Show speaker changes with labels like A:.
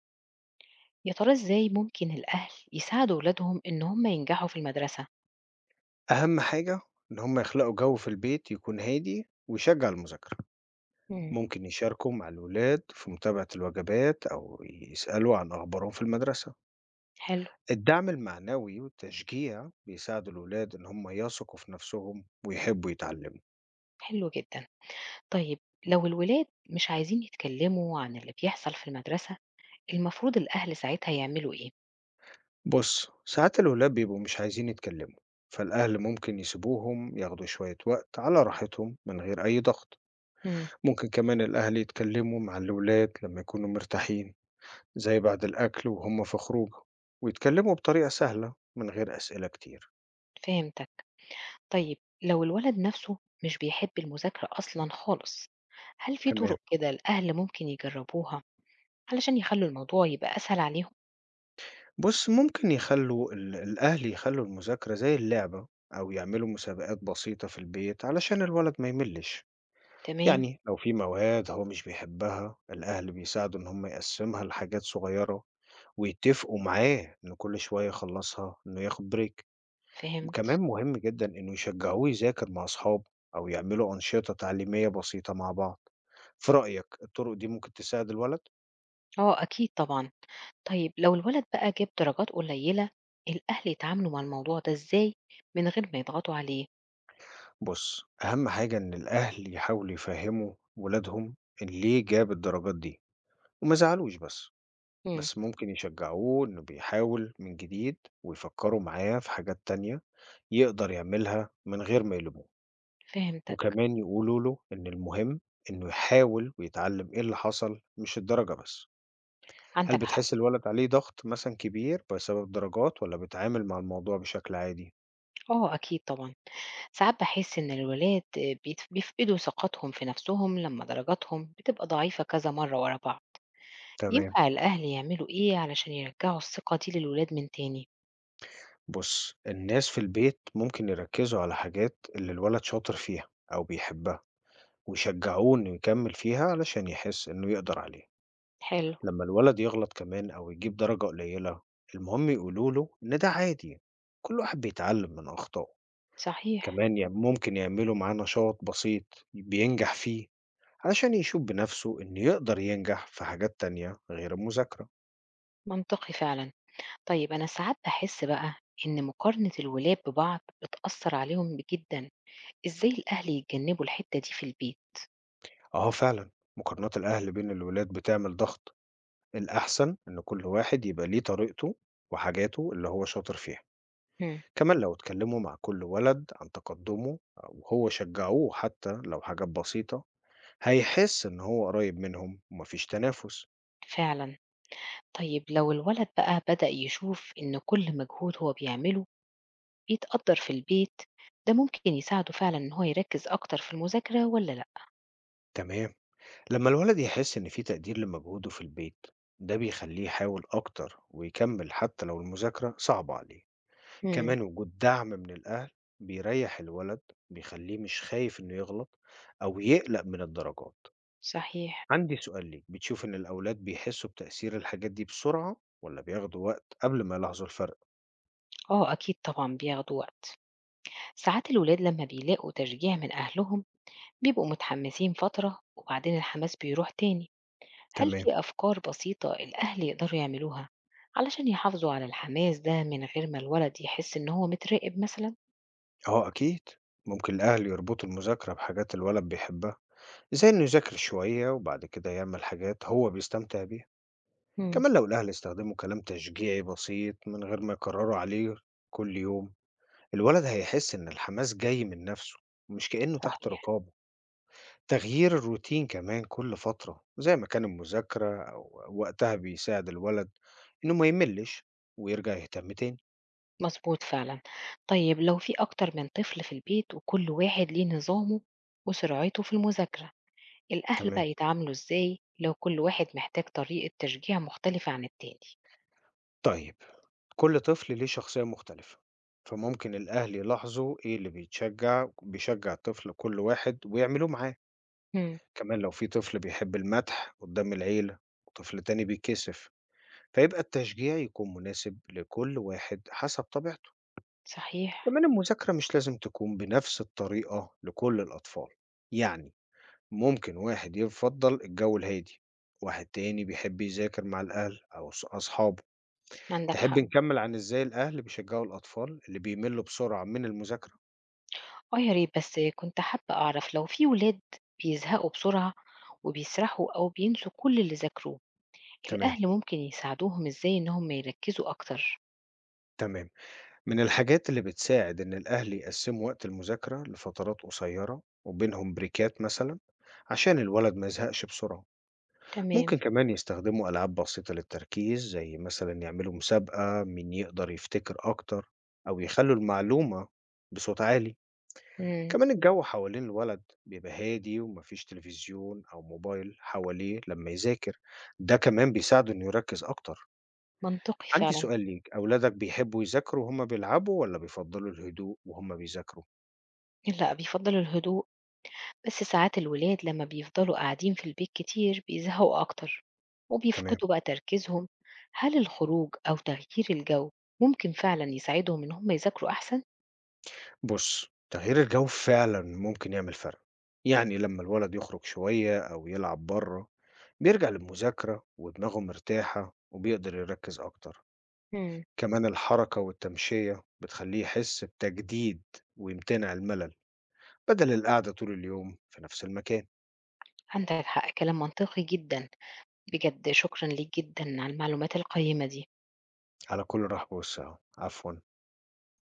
A: يا ترى إزاي ممكن الأهل يساعدوا ولادهم إن هم ينجحوا في المدرسة؟
B: أهم حاجة إن هم يخلقوا جو في البيت يكون هادي ويشجع المذاكرة.
A: إمم،
B: ممكن يشاركوا مع الولاد في متابعة الوجبات أو يسألوا عن أخبارهم في المدرسة.
A: حلو،
B: الدعم المعنوي والتشجيع بيساعد الولاد إن هم يثقوا في نفسهم ويحبوا يتعلموا.
A: حلو جدًا. طيب لو الولاد مش عايزين يتكلموا عن اللي بيحصل في المدرسة، المفروض الأهل ساعتها يعملوا إيه؟
B: بص ساعات الولاد بيبقوا مش عايزين يتكلموا، فالأهل ممكن يسيبوهم ياخدوا شوية وقت على راحتهم من غير أي ضغط.
A: إمم،
B: ممكن كمان الأهل يتكلموا مع الولاد لما يكونوا مرتاحين، زي بعد الأكل وهم في خروج، ويتكلموا بطريقة سهلة من غير أسئلة كتير.
A: فهمتك. طيب لو الولد نفسه مش بيحب المذاكرة أصلًا خالص، هل في
B: تمام.
A: طرق كده الأهل ممكن يجربوها علشان يخلوا الموضوع يبقى أسهل عليهم؟
B: بص ممكن يخلوا الأهل يخلوا المذاكرة زي اللعبة، أو يعملوا مسابقات بسيطة في البيت علشان الولد ما يملش.
A: تمام،
B: يعني لو في مواد هو مش بيحبها الأهل بيساعدوا إن هم يقسمها لحاجات صغيرة، ويتفقوا معاه إن كل شوية يخلصها إنه ياخد بريك. وكمان
A: فهمت.
B: مهم جدا إنه يشجعوه يذاكر مع أصحابه، أو يعملوا أنشطة تعليمية بسيطة مع بعض. في رأيك الطرق دي ممكن تساعد الولد؟
A: آه، أكيد طبعًا. طيب لو الولد بقى جاب درجات قليلة الأهل يتعاملوا مع الموضوع ده إزاي من غير ما يضغطوا عليه؟
B: بص أهم حاجة إن الأهل يحاولوا يفهموا ولادهم إن ليه جاب الدرجات دي وما زعلوش بس.
A: امم،
B: بس ممكن يشجعوه إنه بيحاول من جديد، ويفكروا معاه في حاجات تانية يقدر يعملها من غير ما يلوموه.
A: فهمتك.
B: وكمان يقولوا له إن المهم إنه يحاول ويتعلم إيه اللي حصل، مش الدرجة بس. هل
A: عندك حق.
B: بتحس الولد عليه ضغط مثلًا كبير بسبب درجات والّا بيتعامل مع الموضوع بشكل عادي؟
A: اه أكيد طبعا. ساعات بحس إن الولاد بيفقدوا ثقتهم في نفسهم لما درجاتهم بتبقى ضعيفة كذا مرة ورا بعض.
B: تمام،
A: ينفع الأهل يعملوا إيه علشان يرجعوا الثقة دي للولاد من تاني؟
B: بُص الناس في البيت ممكن يركّزوا على حاجات اللي الولد شاطر فيها أو بيحبها، ويشجّعوه إنه يكمّل فيها علشان يحس إنه يقدر عليها.
A: حلو،
B: لمّا الولد يغلط كمان أو يجيب درجة قليلة، المهم يقولوا له إن ده عادي، كل واحد بيتعلم من أخطائه.
A: صحيح،
B: كمان يعني ممكن يعملوا معاه نشاط بسيط بينجح فيه، علشان يشوف بنفسه إنه يقدر ينجح في حاجات تانية غير المذاكرة.
A: منطقي فعلا. طيب أنا ساعات بحس بقى إن مقارنة الولاد ببعض بتأثر عليهم جدا. إزاي الأهل يتجنبوا الحتّة دي في البيت؟
B: آه فعلا، مقارنات الأهل بين الولاد بتعمل ضغط. الأحسن إن كل واحد يبقى ليه طريقته وحاجاته اللي هو شاطر فيها.
A: إمم،
B: كمان لو اتكلموا مع كل ولد عن تقدمه وهو شجعوه حتى لو حاجات بسيطة، هيحس إن هو قريب منهم ومفيش تنافس.
A: فعلًا. طيب لو الولد بقى بدأ يشوف إن كل مجهود هو بيعمله بيتقدّر في البيت، ده ممكن يساعده فعلًا إن هو يركّز أكتر في المذاكرة والّا لأ؟
B: تمام. لما الولد يحس إن في تقدير لمجهوده في البيت، ده بيخليه يحاول أكتر ويكمل حتى لو المذاكرة صعبة عليه.
A: إمم،
B: كمان وجود دعم من الأهل بيريح الولد، بيخليه مش خايف إنه يغلط أو يقلق من الدرجات.
A: صحيح.
B: عندي سؤال ليك، بتشوف إن الأولاد بيحسوا بتأثير الحاجات دي بسرعة ولا بياخدوا وقت قبل ما يلاحظوا الفرق؟
A: آه، أكيد طبعًا بياخدوا وقت. ساعات الولاد لمّا بيلاقوا تشجيع من أهلهم بيبقوا متحمسين فترة وبعدين الحماس بيروح تاني. هل
B: تمام.
A: في أفكار بسيطة الأهل يقدروا يعملوها علشان يحافظوا على الحماس ده من غير ما الولد يحس إن هو متراقب مثلًا؟
B: أه أكيد، ممكن الأهل يربطوا المذاكرة بحاجات الولد بيحبها، زي إنه يذاكر شوية وبعد كده يعمل حاجات هو بيستمتع بيها.
A: إمم،
B: كمان لو الأهل استخدموا كلام تشجيعي بسيط من غير ما يكرروا عليه كل يوم، الولد هيحس إن الحماس جاي من نفسه، مش كأنه تحت
A: صحيح،
B: رقابه. تغيير الروتين كمان كل فترة زي ما كان المذاكرة أو وقتها بيساعد الولد إنه ما يملش ويرجع يهتم تاني.
A: مضبوط فعلًا. طيب لو في أكتر من طفل في البيت وكل واحد ليه نظامه وسرعته في المذاكرة، الأهل
B: تمام،
A: بقى يتعاملوا إزاي لو كل واحد محتاج طريقة تشجيع مختلفة عن التاني؟
B: طيب. كل طفل ليه شخصية مختلفة، فممكن الأهل يلاحظوا إيه اللي بيتشجع بيشجع الطفل كل واحد ويعملوه معاه.
A: إمم،
B: كمان لو في طفل بيحب المدح قدام العيلة وطفل تاني بيتكسف، فيبقى التشجيع يكون مناسب لكل واحد حسب طبيعته.
A: صحيح،
B: كمان المذاكرة مش لازم تكون بنفس الطريقة لكل الأطفال. يعني ممكن واحد يفضل الجو الهادي، واحد تاني بيحب يذاكر مع الأهل أو أصحابه.
A: عندك
B: تحب
A: حق.
B: نكمل عن إزاي الأهل بيشجعوا الأطفال اللي بيملوا بسرعة من المذاكرة؟
A: آه يا ريت، بس كنت حابة أعرف لو في ولاد بيزهقوا بسرعة وبيسرحوا أو بينسوا كل اللي ذاكروه،
B: تمام.
A: الأهل ممكن يساعدوهم إزاي إن هم يركزوا أكتر؟
B: تمام، من الحاجات اللي بتساعد إن الأهل يقسموا وقت المذاكرة لفترات قصيرة وبينهم بريكات مثلا، عشان الولد ما يزهقش بسرعة.
A: تمام،
B: ممكن كمان يستخدموا ألعاب بسيطة للتركيز، زي مثلا يعملوا مسابقة مين يقدر يفتكر أكتر، أو يخلوا المعلومة بصوت عالي.
A: إمم،
B: كمان الجو حوالين الولد بيبقى هادي ومفيش تلفزيون أو موبايل حواليه لما يذاكر، ده كمان بيساعده إنه يركز أكتر.
A: منطقي
B: عندي
A: فعلًا.
B: سؤال ليك، أولادك بيحبوا يذاكروا وهم بيلعبوا ولا بيفضّلوا الهدوء وهم بيذاكروا؟
A: لأ، بيفضّل الهدوء. بس ساعات الولاد لما بيفضلوا قاعدين في البيت كتير بيزهقوا أكتر
B: تمام.
A: وبيفقدوا بقى تركيزهم. هل الخروج أو تغيير الجو ممكن فعلا يساعدهم إن هم يذاكروا أحسن؟
B: بُص، تغيير الجو فعلًا ممكن يعمل فرق، يعني لمّا الولد يخرج شوية أو يلعب برّه، بيرجع للمذاكرة ودماغه مرتاحة وبيقدر يركّز أكتر.
A: مم.
B: كمان الحركة والتمشية بتخلّيه يحس بتجديد ويمتنع الملل، بدل القعدة طول اليوم في نفس المكان.
A: عندك حق، كلام منطقي جدا. بجد شكرا ليك جدا على المعلومات القيمة دي.
B: على كل رحب وسعة، عفوًا.